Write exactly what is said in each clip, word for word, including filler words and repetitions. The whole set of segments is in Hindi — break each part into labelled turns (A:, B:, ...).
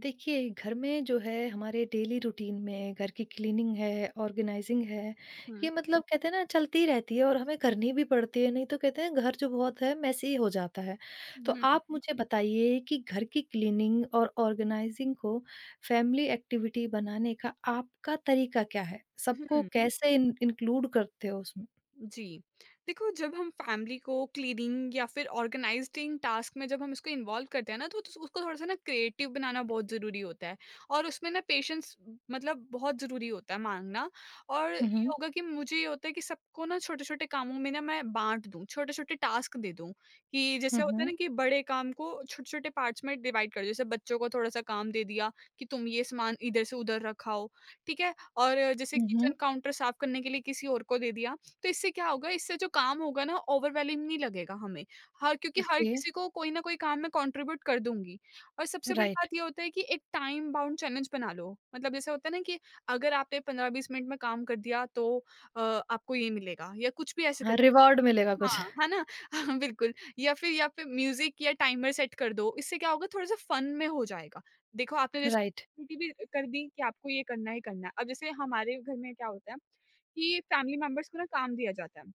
A: देखिए, घर में जो है हमारे डेली रूटीन में घर की क्लीनिंग है, ऑर्गेनाइज़िंग है,
B: Mmh
A: ये मतलब कहते हैं ना चलती रहती है और हमें करनी भी पड़ती है, नहीं तो कहते हैं घर जो बहुत है मेसी हो जाता है। तो
B: Mmh mh.
A: आप मुझे बताइए कि घर की क्लीनिंग और ऑर्गेनाइज़िंग को फैमिली एक्टिविटी बनाने का आपका तरीका क्या है? सबको
B: Mmh
A: कैसे इन इंक्लूड करते हो उसमें?
B: जी। देखो जब हम फैमिली को क्लीनिंग या फिर ऑर्गनाइज़िंग टास्क में जब हम इसको इन्वॉल्व करते हैं ना तो तो उसको थोड़ा-सा ना क्रिएटिव बनाना बहुत ज़रूरी होता है और उसमें ना पेशेंस मतलब बहुत ज़रूरी होता है माँगना। और
A: हुँ,
B: ये
A: हुँ।
B: होगा कि मुझे ये होता है कि सबको ना छोटे-छोटे कामों में ना मैं बाँट दूँ, छोटे-छोटे टास्क दे दूँ। कि
A: हुँ,
B: जैसे होता है
A: हुँ।
B: ना कि बड़े काम को छोटे-छोटे पार्ट्स में डिवाइड कर दो। जैसे बच्चों को थोड़ा-सा काम दे दिया कि तुम ये सामान इधर से उधर रखाओ, ठीक है? और जैसे
A: हुँ,
B: किचन
A: हुँ।
B: काउंटर साफ़ करने के लिए किसी और को दे दिया। तो इससे क्या होगा, इससे जो काम होगा ना ओवरवेलमिंग नहीं लगेगा हमें। हर क्योंकि हर
A: ओके,
B: किसी को कोई न कोई काम में कंट्रीब्यूट कर दूँगी। और सबसे बड़ी
A: राइट।
B: बात ये होता है कि एक टाइम बाउंड चैलेंज बना लो। मतलब जैसे होता है ना कि अगर आपने पंद्रह-बीस मिनट में काम कर दिया तो अ, आपको ये मिलेगा या कुछ भी ऐसे कर।
A: हाँ, रिवॉर्ड मिलेगा कुछ।
B: हाँ, है ना? हाँ, बिल्कुल। या फिर या फिर म्यूज़िक या टाइमर सेट कर दो, इससे क्या होगा थोड़ा-सा फ़न में हो जाएगा। देखो आपने
A: राइट।
B: रिस्पॉन्सिबिलिटी भी कर दी कि आपको ये करना ही करना है। अब जैसे हमारे घर में क्या होता है कि फैमिली मेंबर्स को ना काम दिया जाता है।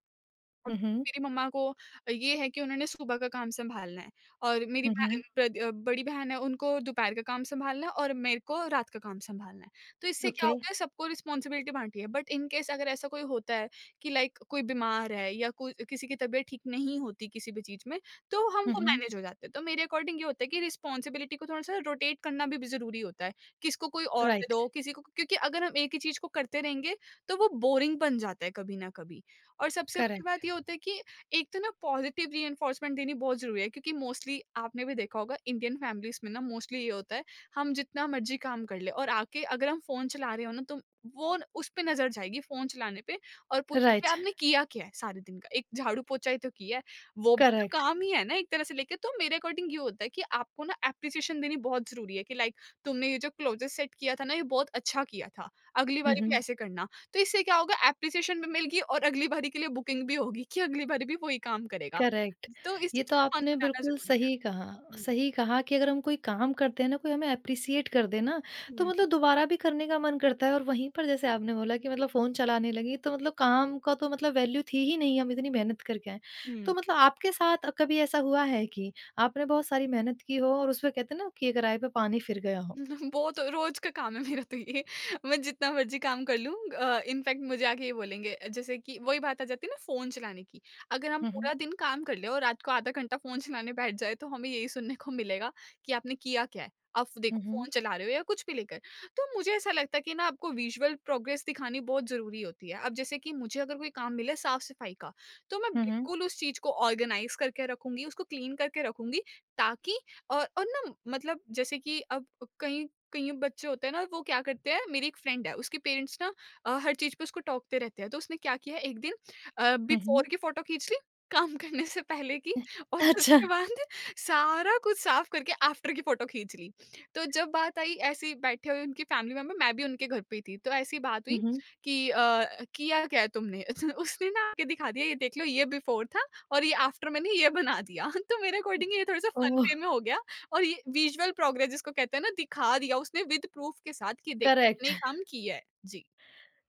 B: और
A: हुँ, हुँ।
B: मेरी मम्मा को ये है कि उन्होंने सुबह का काम संभालना है। और मेरी
A: हुँ,
B: बहन
A: हुँ।
B: ब्रद- अ, बड़ी बहन है, उनको दोपहर का काम संभालना है और मेरे को रात का काम संभालना है। तो इससे क्या
A: ओके।
B: होता है सबको रिस्पॉन्सिबिलिटी बांटी है, बट इन केस अगर ऐसा कोई होता है कि लाइक कोई बीमार है या कोई किसी की तबीयत ठीक नहीं होती किसी भी चीज में, तो हम
A: हुँ,
B: वो
A: हुँ।
B: मैनेज हो जाते हैं। तो मेरे अकॉर्डिंग ये होता है कि रिस्पॉन्सिबिलिटी को थोड़ा सा रोटेट करना भी जरूरी होता है। किसको कोई और दे
A: राइट,
B: दो, किसी को, क्योंकि अगर हम एक ही चीज को करते रहेंगे तो वो बोरिंग बन जाता है कभी ना कभी। और सबसे बड़ी बात
A: करेक्ट,
B: ये होता है कि एक तो ना पॉजिटिव रीइंफोर्समेंट देनी बहुत ज़रूरी है, क्योंकि मोस्टली आपने भी देखा होगा इंडियन फैमिलीज़ में ना मोस्टली ये होता है हम जितना मर्जी काम कर ले और आके अगर हम फ़ोन चला रहे हो ना तो वो न- उस पे नज़र जाएगी फ़ोन चलाने पे। और पूछेंगे
A: राइट,
B: आपने किया क्या है सारे दिन का, एक झाड़ू पोछा ही तो किया है। वो भी तो
A: करेक्ट,
B: काम ही है ना एक तरह से लेके। तो मेरे अकॉर्डिंग ये होता है कि आपको ना एप्रिसिएशन देनी बहुत ज़रूरी है कि लाइक तुमने ये जो क्लोजेस सेट किया था ना ये बहुत अच्छा किया था, अगली
A: हुँ,
B: बार भी
A: हुँ,
B: ऐसे करना। तो इससे क्या होगा एप्रिसिएशन भी मिलगी और अगली बारी के लिए बुकिंग भी होगी कि अगली बारी भी वही काम करेगा।
A: करेक्ट।
B: तो इस
A: ये
B: चीज़
A: तो
B: को फन
A: आपने
B: बनाना
A: बिल्कुल
B: ज़रूरी है।
A: सही कहा
B: हुँ,
A: सही कहा कि अगर हम कोई काम करते हैं ना, कोई हमें एप्रिसिएट कर दे ना, तो
B: हुँ,
A: मतलब दोबारा भी करने का मन करता है और वहीं पर जैसे आपने बोला कि मतलब फ़ोन चलाने लगी, तो मतलब काम का तो मतलब वैल्यू थी ही नहीं, हम इतनी मेहनत करके आए।
B: हुँ।
A: तो मतलब आपके साथ कभी ऐसा हुआ है कि आपने बहुत सारी मेहनत की हो और उसमें कहते हैं ना कि "गरारे पे पानी फिर गया हो"?
B: वो तो रोज का काम है मेरा, तो ये मैं जितना मर्जी काम कर लूँ, इनफैक्ट मुझे आके ये बोलेंगे, जैसे कि वही बात आ जाती है ना फोन चलाने की। अगर हम
A: हुँ, हुँ,
B: पूरा दिन काम कर ले और रात को आधा घंटा फोन चलाने बैठ जाए तो हमें यही सुनने को मिलेगा कि आपने किया क्या है, आप
A: हुँ,
B: देखो
A: हुँ,
B: फोन चला रहे हो या कुछ भी लेकर। तो मुझे ऐसा लगता है कि ना आपको विजुअल प्रोग्रेस दिखानी बहुत जरूरी होती है। अब जैसे कि मुझे अगर कोई काम मिले साफ सफाई का, तो मैं
A: हुँ, हुँ,
B: बिल्कुल उस चीज को ऑर्गेनाइज करके रखूंगी, उसको क्लीन करके रखूंगी ताकि और और ना मतलब जैसे कि अब कहीं कई बच्चे होते हैं ना, वो क्या करते हैं, मेरी एक फ्रेंड है उसके पेरेंट्स ना अ, हर चीज पे उसको टोकते रहते हैं। तो उसने क्या किया एक दिन
A: हुँ, हुँ।
B: बिफोर की फोटो खींच ली, काम करने से पहले की, और
A: अच्छा,
B: उसके बाद सारा कुछ साफ करके आफ्टर की फोटो खींच ली। तो जब बात आई, ऐसी बैठे हुए उनकी फैमिली मेंबर, मैं भी उनके घर पे ही थी, तो ऐसी बात
A: हुँ,
B: हुई
A: हुँ,
B: कि अ, किया क्या है तुमने? उसने ना आके दिखा दिया, ये देख लो ये बिफोर था और ये आफ्टर, मैंने ये बना दिया। तो मेरे अकॉर्डिंग ये थोड़ा सा फन
A: ओह!
B: वे में हो गया। और ये विजुअल प्रोग्रेस जिसको कहते हैं ना दिखा दिया उसने विद प्रूफ के साथ कि देख मैंने
A: करेक्ट।
B: ये काम किया है। जी।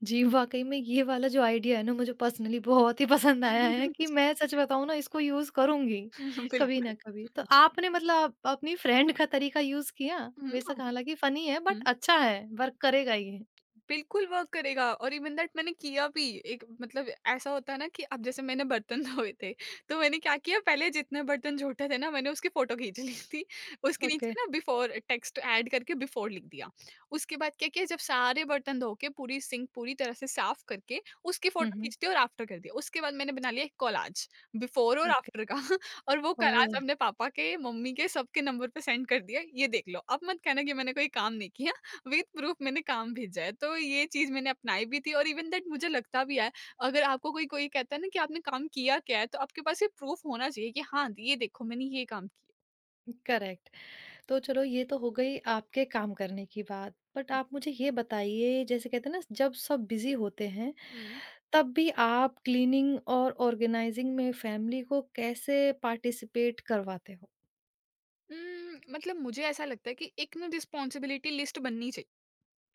A: जी, वाक़ई में ये वाला जो आइडिया है ना मुझे पर्सनली बहुत ही पसंद आया है कि
B: जी।
A: मैं सच बताऊँ ना इसको यूज़ करूँगी, कभी
B: बिल्कुल।
A: ना कभी। तो
B: जी।
A: आपने मतलब अपनी फ्रेंड का तरीका यूज़ किया?
B: हुँ,
A: बेशक हालाँकि फ़नी है बट
B: हुँ।
A: अच्छा है, वर्क करेगा ये।
B: बिल्कुल वर्क करेगा और इवन दैट मैंने किया भी। एक मतलब ऐसा होता है ना कि अब जैसे मैंने बर्तन धोए थे तो मैंने क्या किया, पहले जितने बर्तन झूठे थे ना मैंने उसकी फोटो खींच ली थी, उसके
A: ओके।
B: नीचे ना बिफोर टेक्स्ट ऐड करके बिफोर लिख दिया। उसके बाद क्या किया, जब सारे बर्तन धो के, पूरी सिंक पूरी तरह से साफ करके उसकी
A: हुँ,
B: फोटो
A: हुँ।
B: खींच दी और आफ्टर कर दिया। उसके बाद मैंने बना लिया एक कोलाज, बिफोर और
A: ओके।
B: आफ्टर का। और वो कोलाज
A: ओह!
B: अपने पापा के, मम्मी के, सबके नंबर पे सेंड कर दिया, ये देख लो, अब मत कहना कि मैंने कोई काम नहीं किया, विद प्रूफ मैंने काम भेजा है। तो ये चीज़ मैंने अपनाई भी थी और इवन दैट मुझे लगता भी है, अगर आपको कोई कोई कहता है ना कि आपने काम किया क्या है, तो आपके पास ये प्रूफ होना चाहिए कि हाँ, ये देखो मैंने ये काम किया।
A: करेक्ट। तो चलो ये तो हो गई आपके काम करने की बात। बट
B: हुँ,
A: आप मुझे ये बताइए जैसे कहते हैं ना जब सब बिज़ी होते हैं,
B: हुँ।
A: तब भी आप क्लीनिंग और ऑर्गेनाइज़िंग में फैमिली को कैसे पार्टिसिपेट करवाते हो?
B: उम, मतलब मुझे ऐसा लगता है कि एक ना रिस्पॉन्सिबिलिटी लिस्ट बननी चाहिए।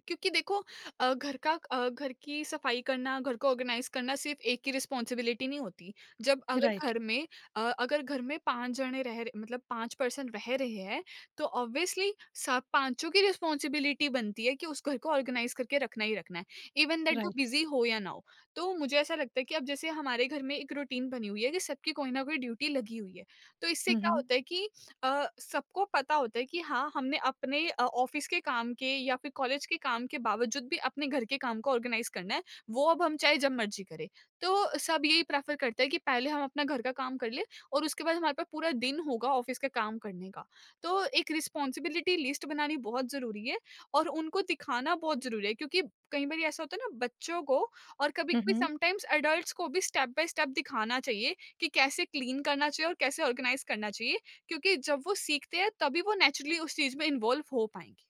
B: क्योंकि देखो अ, घर का अ, घर की सफाई करना, घर को ऑर्गेनाइज करना सिर्फ एक की रिस्पॉन्सिबिलिटी नहीं होती। जब अगर
A: राइट,
B: घर में अ, अगर घर में पाँच जने रह रहे, मतलब पाँच पर्सन रह रहे हैं, तो ऑब्वियसली सब पाँचों की रिस्पॉन्सिबिलिटी बनती है कि उस घर को ऑर्गेनाइज करके रखना ही रखना है, इवन दैट वो
A: राइट।
B: बिज़ी हो या ना हो। तो मुझे ऐसा लगता है कि अब जैसे हमारे घर में एक रूटीन बनी हुई है कि सबकी कोई ना कोई ड्यूटी लगी हुई है। तो इससे
A: हुँ,
B: क्या
A: हुँ।
B: होता है कि अ, सबको पता होता है कि हाँ हमने अपने अ, ऑफिस के काम के या फिर कॉलेज के काम के बावजूद भी अपने घर के काम को ऑर्गेनाइज करना है। वो अब हम चाहे जब मर्जी करें, तो सब यही प्रेफर करते हैं कि पहले हम अपना घर का काम कर लें और उसके बाद हमारे पास पूरा दिन होगा ऑफिस का काम करने का। तो एक रिस्पॉन्सिबिलिटी लिस्ट बनानी बहुत ज़रूरी है और उनको दिखाना बहुत ज़रूरी है, क्योंकि कई बार ऐसा होता है ना, बच्चों को और कभी
A: हुँ,
B: कभी
A: हुँ।
B: समटाइम्स एडल्ट्स को भी स्टेप बाय स्टेप दिखाना चाहिए कि कैसे क्लीन करना चाहिए और कैसे ऑर्गेनाइज करना चाहिए, क्योंकि जब वो सीखते हैं तभी वो नेचुरली उस चीज में इन्वॉल्व हो पाएँगे।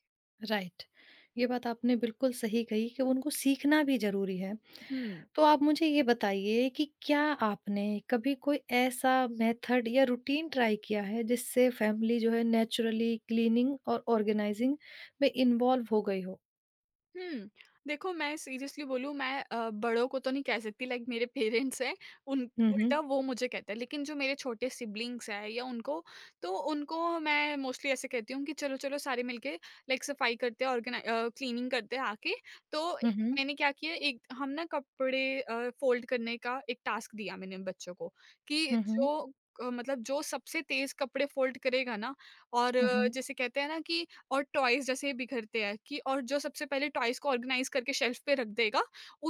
A: राइट। ये बात आपने बिल्कुल सही कही कि उनको सीखना भी ज़रूरी है।
B: हुँ।
A: तो आप मुझे ये बताइए कि क्या आपने कभी कोई ऐसा मेथड या रूटीन ट्राई किया है जिससे फैमिली जो है नेचुरली क्लीनिंग और ऑर्गेनाइज़िंग में इन्वॉल्व हो गई हो?
B: हुँ। देखो, मैं सीरियसली बोलूँ, मैं अ, बड़ों को तो नहीं कह सकती, लाइक मेरे पेरेंट्स हैं, उन
A: हुँ, हुँ।
B: उल्टा वो मुझे कहते हैं। लेकिन जो मेरे छोटे सिब्लिंग्स हैं या उनको, तो उनको मैं मोस्टली ऐसे कहती हूँ कि चलो-चलो सारे मिलके लाइक सफाई करते हैं, ऑर्गनाइ अ, क्लीनिंग करते हैं आके। तो
A: हुँ,
B: एक
A: हुँ।
B: मैंने क्या किया, एक हम ना कपड़े अ, फ़ोल्ड करने का एक टास्क दिया मैंने बच्चों को कि
A: हुँ, हुँ।
B: जो अ, मतलब जो सबसे तेज़ कपड़े फ़ोल्ड करेगा ना और
A: हुँ,
B: अ,
A: हुँ।
B: जैसे कहते हैं ना कि और टॉयज़ जैसे बिखरते हैं कि, और जो सबसे पहले टॉयज़ को ऑर्गेनाइज़ करके शेल्फ़ पे रख देगा,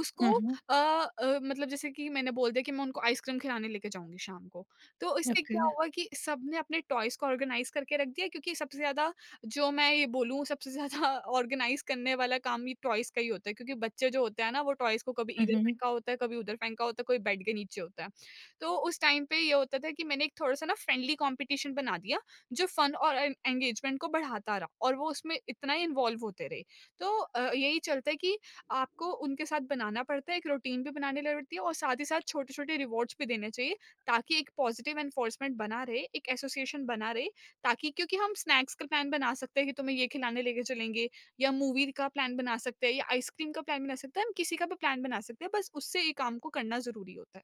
B: उसको
A: हुँ, हुँ।
B: अ अ, मतलब जैसे कि मैंने बोल दिया कि मैं उनको आइसक्रीम खिलाने लेके जाऊँगी शाम को। तो इससे
A: ओके।
B: क्या हुआ कि सबने अपने टॉयज़ को ऑर्गेनाइज़ करके रख दिया, क्योंकि सबसे ज़्यादा, जो मैं ये बोलूँ सबसे ज़्यादा ऑर्गेनाइज़ करने वाला काम ये टॉयज़ का ही होता है, क्योंकि बच्चे जो होते हैं ना वो टॉयज़ को कभी
A: हुँ,
B: इधर
A: हुँ।
B: फेंका होता है, कभी उधर फेंका होता है, कोई बेड के नीचे होता है। तो उस टाइम पे ये होता था कि मैंने एक थोड़ा-सा ना फ्रेंडली कॉम्पिटिशन बना दिया जो फ़न और एन एंगेजमेंट को बढ़ाता रहा और वो उसमें इतना ही इन्वॉल्व होते रहे। तो अ, यही चलता है कि आपको उनके साथ बनाना पड़ता है, एक रूटीन भी बनानी पड़ती है और साथ ही साथ छोटे-छोटे रिवॉर्ड्स भी देने चाहिए, ताकि एक पॉज़िटिव एनफोर्समेंट बना रहे, एक एसोसिएशन बना रहे, ताकि, क्योंकि हम स्नैक्स का प्लान बना सकते हैं कि तुम्हें ये खिलाने लेके चलेंगे, या मूवी का प्लान बना सकते हैं या आइसक्रीम का प्लान बना सकते हैं, हम किसी का भी प्लान बना सकते हैं, बस उससे ये काम को करना ज़रूरी होता है।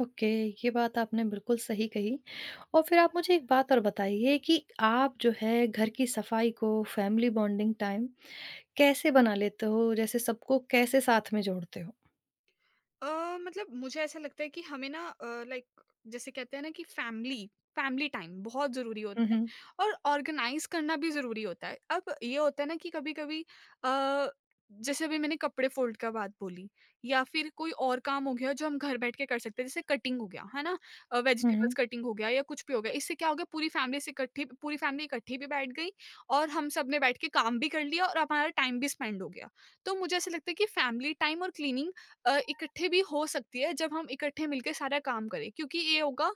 A: ओके, ये बात आपने बिल्कुल सही कही। और फिर आप मुझे एक बात और बताइए कि आप जो है घर की सफाई को फैमिली बॉन्डिंग टाइम कैसे बना लेते हो? जैसे सबको कैसे साथ में जोड़ते हो?
B: अ, मतलब मुझे ऐसा लगता है कि हमें ना लाइक जैसे कहते हैं ना कि फैमिली फैमिली टाइम बहुत ज़रूरी
A: हुँ,
B: होता
A: हुँ।
B: है और ऑर्गेनाइज करना भी ज़रूरी होता है। अब ये होता है ना कि कभी-कभी अ, जैसे अभी मैंने कपड़े फ़ोल्ड का बात बोली या फिर कोई और काम हो गया जो हम घर बैठ के कर सकते हैं, जैसे कटिंग हो गया, है ना? अ,
A: हुँ,
B: वेजिटेबल्स
A: हुँ।
B: कटिंग हो गया या कुछ भी हो गया। इससे क्या हो गया पूरी फैमिली से इकट्ठी पूरी फैमिली इकट्ठी भी बैठ गई और हम सब ने बैठ के काम भी कर लिया और हमारा टाइम भी स्पेंड हो गया। तो मुझे ऐसा लगता है कि फैमिली टाइम और क्लीनिंग अ, इकट्ठे भी हो सकती है जब हम इकट्ठे मिलके सारा काम करें क्योंकि ये होगा।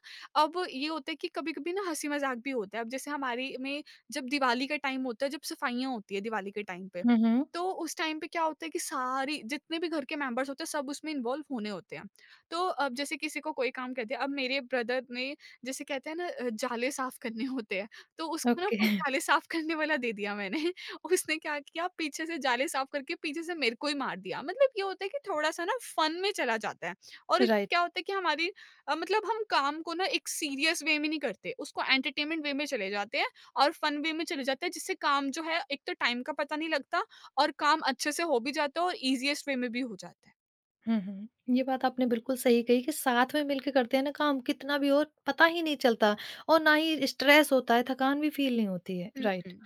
B: अब ये होता है कि कभी-कभी ना हँसी मज़ाक भी होता है। अब जैसे हमारे में जब दिवाली का टाइम होता है, जब सफाइयाँ होती है दिवाली के टाइम पे,
A: हुँ, हुँ।
B: तो उस टाइम पे क्या होता है कि सारी जितने भी घर के मेंबर्स होते हैं सब उसमें इन्वॉल्व होने होते हैं। तो अब जैसे किसी को कोई काम कहते हैं, अब मेरे ब्रदर ने जैसे कहते हैं ना अ, जाले साफ करने होते हैं, तो उसको ना
A: ओके
B: वो जाले साफ करने वाला दे दिया मैंने। उसने क्या किया पीछे से जाले साफ करके पीछे से मेरे को ही मार दिया। मतलब ये होता है कि थोड़ा-सा ना फन में चला जाता है और इससे
A: राइट।
B: क्या होता है कि हमारी अ, मतलब हम काम को ना एक सीरियस वे में नहीं करते, उसको एंटरटेनमेंट वे में चले जाते हैं और फन वे में चले जाते हैं, जिससे काम जो है एक तो टाइम का पता नहीं लगता और काम अच्छे से हो भी जाता है और ईज़ीएस्ट वे में भी हो जाता है।
A: हुँ, हुँ। ये बात आपने बिल्कुल सही कही कि साथ में मिलके करते हैं ना काम कितना भी और पता ही नहीं चलता और ना ही स्ट्रेस होता है, थकान भी फ़ील नहीं होती है।
B: हुँ,
A: राइट।
B: हुँ।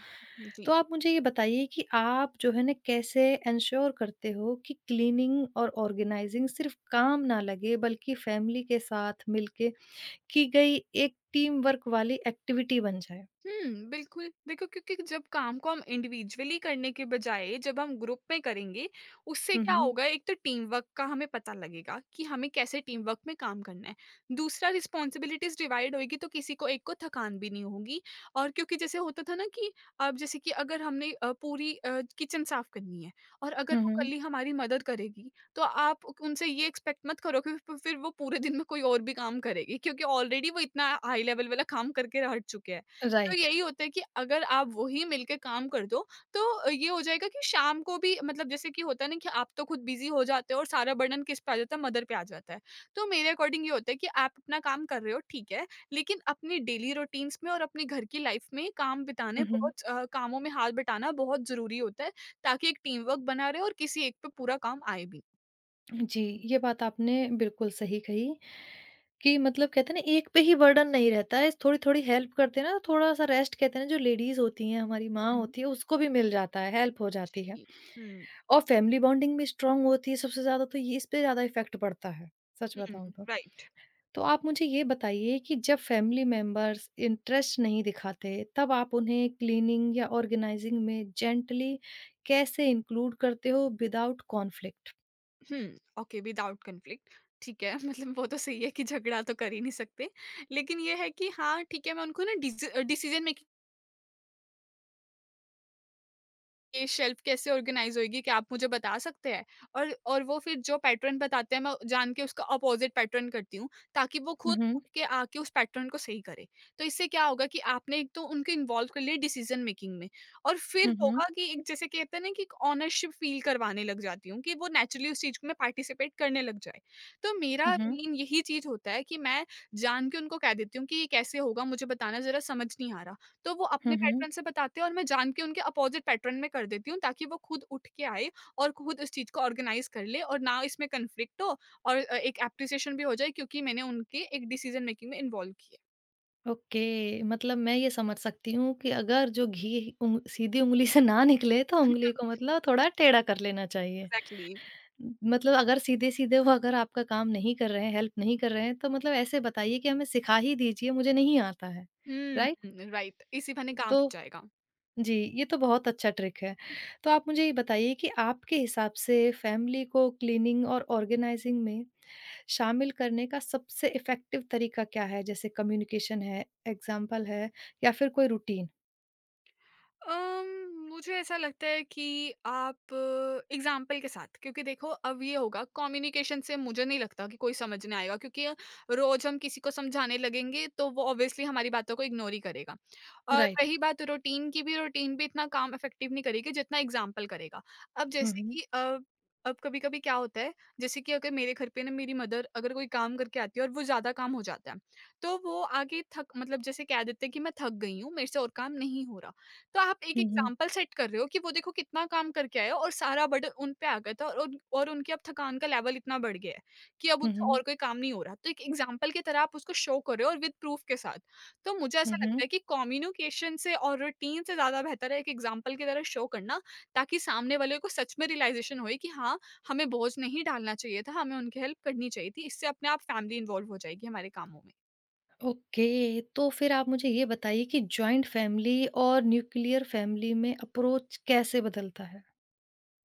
A: तो
B: जी।
A: आप मुझे ये बताइए कि आप जो है ना कैसे एन्श्योर करते हो कि क्लीनिंग और ऑर्गेनाइज़िंग सिर्फ़ काम ना लगे बल्कि फ़ैमिली के साथ मिलके की गई एक टीम वर्क वाली एक्टिविटी बन जाए?
B: हुँ, बिल्कुल। देखो, क्योंकि जब काम को हम इंडिविजुअली करने के बजाय जब हम ग्रुप में करेंगे, उससे
A: हुँ,
B: क्या
A: हुँ।
B: होगा एक तो टीम वर्क का हमें पता लगेगा कि हमें कैसे टीम वर्क में काम करना है। दूसरा रिस्पॉन्सिबिलिटीज़ डिवाइड होएगी, तो किसी को एक को थकान भी नहीं होगी। और क्योंकि जैसे होता था ना कि अब जैसे कि अगर हमने अ, पूरी अ, किचन साफ़ करनी है और अगर
A: हुँ,
B: वो
A: हुँ।
B: कली हमारी मदद करेगी, तो आप उ- उनसे ये एक्सपेक्ट मत करो कि फ फिर वो पूरे दिन में कोई और भी काम करेगी, क्योंकि ऑलरेडी वो इतना हाई लेवल वाला काम करके हट चुके हैं। तो
A: राइट।
B: यही होता है कि अगर आप वही मिलके काम कर दो, तो ये हो जाएगा कि शाम को भी मतलब जैसे कि होता है ना कि आप तो खुद बिज़ी हो जाते हो और सारा बर्डन किस पे आ जाता है, मदर पे आ जाता है। तो मेरे अकॉर्डिंग ये होता है कि आप अपना काम कर रहे हो, ठीक है, लेकिन अपनी डेली रूटीन्स में और अपने घर की लाइफ में काम बिताने
A: हुँ, हुँ।
B: बहुत अ, कामों में हाथ बटाना बहुत ज़रूरी होता है, ताकि एक टीम वर्क बना रहे और किसी एक पे पूरा काम आए भी।
A: जी, ये बात आपने बिल्कुल सही कही कि मतलब कहते हैं ना एक पे ही बर्डन नहीं रहता है, थोड़ी-थोड़ी हेल्प करते हैं ना, थोड़ा-सा रेस्ट कहते हैं ना जो लेडीज़ होती हैं, हमारी माँ
B: हुँ।
A: होती है, उसको भी मिल जाता है, हेल्प हो जाती है।
B: जी। हुँ,
A: और फैमिली बॉन्डिंग भी स्ट्रॉन्ग होती है सबसे ज़्यादा तो ये इस पे ज़्यादा इफ़ेक्ट पड़ता है, सच
B: हुँ,
A: बताऊँ तो।
B: राइट।
A: तो आप मुझे ये बताइए कि जब फैमिली मेंबर्स इंटरेस्ट नहीं दिखाते, तब आप उन्हें क्लीनिंग या ऑर्गेनाइजिंग में जेंटली कैसे इंक्लूड करते हो without conflict?
B: Hmm, okay. Without conflict, ठीक है मतलब वो तो सही है कि झगड़ा तो कर ही नहीं सकते, लेकिन ये है कि हाँ ठीक है मैं उनको ना डिसीजन मेकिंग, ये शेल्फ कैसे ऑर्गेनाइज़ होएगी, क्या आप मुझे बता सकते हैं? और और वो फिर जो पैटर्न बताते हैं मैं जान के उसका अपोज़िट पैटर्न करती हूँ, ताकि वो
A: हुँ,
B: खुद
A: हुँ।
B: उठ के आके उस पैटर्न को सही करे। तो इससे क्या होगा कि आपने एक तो उनको इन्वॉल्व कर लिया डिसीज़न मेकिंग में, और फिर
A: हुँ, हुँ।
B: होगा कि एक जैसे कहते हैं ना कि एक ओनरशिप फ़ील करवाने लग जाती हूँ कि वो नेचुरली उस चीज़ में पार्टिसिपेट करने लग जाए। तो मेरा
A: हुँ, हुँ।
B: मेन यही चीज़ होता है कि मैं जान के उनको कह देती हूँ कि ये कैसे होगा मुझे बताना, ज़रा समझ नहीं आ रहा। तो वो अपने
A: हुँ, हुँ।
B: पैटर्न से बताते हैं और मैं जान के उनके अपोज़िट पैटर्न में कर देती हूँ, ताकि वो खुद उठ के आए और खुद इस चीज़ को ऑर्गनाइज़ कर ले और ना इसमें कॉन्फ्लिक्ट हो और अ, एक एप्रिसिएशन भी हो जाए क्योंकि मैंने उनके एक डिसीज़न मेकिंग में इन्वॉल्व किया।
A: ओके, मतलब मैं ये समझ सकती हूँ कि अगर जो घी उंग सीधी उंगली से ना निकले तो उंगली को मतलब थोड़ा टेढ़ा कर लेना चाहिए।
B: एग्जैक्टली।
A: मतलब अगर सीधे-सीधे वो अगर आपका काम नहीं कर रहे हैं, हेल्प नहीं कर रहे हैं तो मतलब ऐसे बताइए कि हमें सिखा ही दीजिए, मुझे नहीं आता है।
B: हुँ,
A: राइट?
B: हुँ, राइट, इसी बहाने काम हो
A: तो
B: जाएगा।
A: जी, ये तो बहुत अच्छा ट्रिक है। तो आप मुझे ये बताइए कि आपके हिसाब से फैमिली को क्लीनिंग और ऑर्गेनाइज़िंग में शामिल करने का सबसे इफ़ेक्टिव तरीका क्या है? जैसे कम्युनिकेशन है, एग्ज़ाम्पल है या फिर कोई रूटीन?
B: अम, मुझे ऐसा लगता है कि आप एग्जाम्पल के साथ, क्योंकि देखो अब ये होगा, कम्युनिकेशन से मुझे नहीं लगता कि कोई समझने आएगा, क्योंकि रोज हम किसी को समझाने लगेंगे तो वो ऑब्वियसली हमारी बातों को इग्नोर ही करेगा। और
A: राइट।
B: रही बात रूटीन की, भी रूटीन भी इतना काम इफेक्टिव नहीं करेगी जितना एग्जाम्पल करेगा। अब
A: हुँ,
B: जैसे
A: हुँ।
B: कि अ, अब कभी कभी क्या होता है जैसे कि अगर मेरे घर पे ना मेरी मदर अगर कोई काम करके आती है और वो ज्यादा काम हो जाता है, तो वो आगे थक मतलब जैसे कह देते हैं कि मैं थक गई हूँ, मेरे से और काम नहीं हो रहा। तो आप एक
A: हुँ, हुँ।
B: एग्जाम्पल सेट कर रहे हो कि वो देखो कितना काम करके आए हो और सारा बर्डन उन पे आ गया था और उन- और उनकी अब थकान का लेवल इतना बढ़ गया है कि अब
A: हुँ,
B: उनसे
A: हुँ।
B: और कोई काम नहीं हो रहा। तो एक एग्जाम्पल की तरह आप उसको शो कर रहे हो और विद प्रूफ के साथ। तो मुझे
A: हुँ,
B: ऐसा लगता
A: हुँ।
B: है कि कम्युनिकेशन से और रूटीन से ज्यादा बेहतर है एक एग्जाम्पल की तरह शो करना, ताकि सामने वाले को सच में रियलाइजेशन होए कि हाँ, हमें बोझ नहीं डालना चाहिए था, हमें उनकी हेल्प करनी चाहिए थी। इससे अपने आप फैमिली इन्वॉल्व हो जाएगी हमारे कामों में।
A: ओके, तो फिर आप मुझे ये बताइए कि जॉइंट फैमिली और न्यूक्लियर फैमिली में अप्रोच कैसे बदलता है?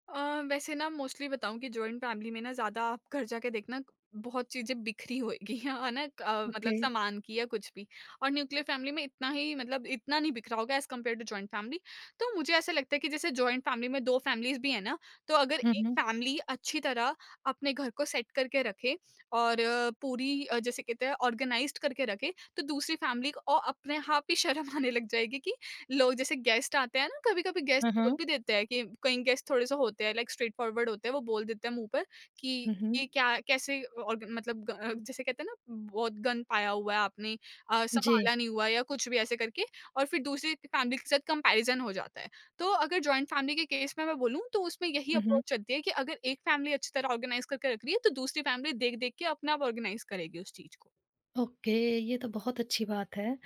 B: अ, वैसे ना मोस्टली बताऊँ कि जॉइंट फैमिली में ना ज़्यादा आप घर जाके देखना बहुत चीज़ें बिखरी होएगी है ना क- अ, मतलब
A: ओके।
B: सामान की या कुछ भी। और न्यूक्लियर फैमिली में इतना ही मतलब इतना नहीं बिखरा होगा as compare to joint family. तो मुझे ऐसा लगता है कि जैसे जॉइंट फैमिली में दो फैमिलीज भी है ना, तो अगर
A: हुँ,
B: एक
A: हुँ।
B: फैमिली अच्छी तरह अपने घर को सेट करके रखे और अ, पूरी अ, जैसे कहते हैं ऑर्गेनाइज करके रखे, तो दूसरी फैमिली को और अपने आप ही शर्म आने लग जाएगी कि लोग जैसे गेस्ट आते हैं ना, कभी-कभी गेस्ट
A: हाँ,
B: बोल
A: हाँ।
B: भी देते हैं, कि कई गेस्ट थोड़े-से होते हैं लाइक स्ट्रेट फॉरवर्ड होते हैं, वो बोल देते हैं मुँह पर कि
A: हुँ, हुँ।
B: ये क्या कैसे, और मतलब ग अ, जैसे कहते हैं ना बहुत गन पाया हुआ है आपने, अ,
A: जी।
B: संभाला नहीं हुआ या कुछ भी ऐसे करके। और फिर दूसरी फैमिली के साथ कंपैरिज़न हो जाता है। तो अगर जॉइंट फैमिली के केस में मैं बोलूँ तो उसमें यही
A: हुँ, हुँ।
B: अप्रोच चलती है कि अगर एक फैमिली अच्छी तरह ऑर्गनाइज़ करके रख रही है, तो दूसरी फैमिली देख-देख के अपने आप ऑर्गनाइज़ करेगी उस चीज़ को।
A: ओके, ये तो बहुत अच्छी बात है।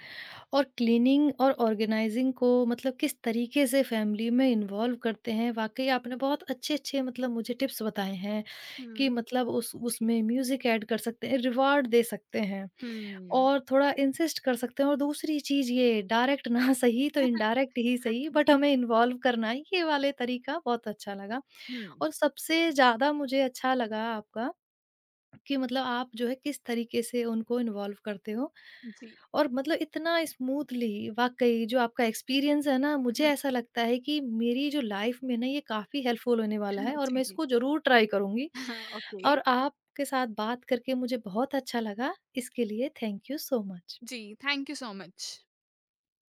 A: और क्लीनिंग और ऑर्गेनाइजिंग को मतलब किस तरीके से फैमिली में इन्वॉल्व करते हैं वाकई आपने बहुत अच्छे अच्छे मतलब मुझे टिप्स बताए हैं कि
B: हुँ,
A: मतलब उस
B: जी।
A: उसमें म्यूजिक ऐड कर सकते हैं रिवॉर्ड दे सकते हैं
B: हुँ।
A: और थोड़ा इंसिस्ट कर सकते हैं और दूसरी चीज ये डायरेक्ट ना सही तो इनडायरेक्ट ही सही बट
B: जी।
A: हमें इन्वॉल्व करना है, ये वाले तरीका बहुत अच्छा लगा
B: हुँ,
A: और सबसे ज्यादा मुझे अच्छा लगा आपका कि मतलब आप जो है किस तरीके से उनको इन्वॉल्व करते हो
B: जी।
A: और मतलब इतना स्मूथली वाकई जो आपका एक्सपीरियंस है ना मुझे ऐसा लगता है कि मेरी जो लाइफ में ना ये काफ़ी हेल्पफुल होने वाला है और
B: जी,
A: मैं
B: जी।
A: इसको ज़रूर ट्राई करूँगी
B: okay।
A: और आपके साथ बात करके मुझे बहुत अच्छा लगा इसके लिए थैंक यू सो मच
B: जी, thank you so much।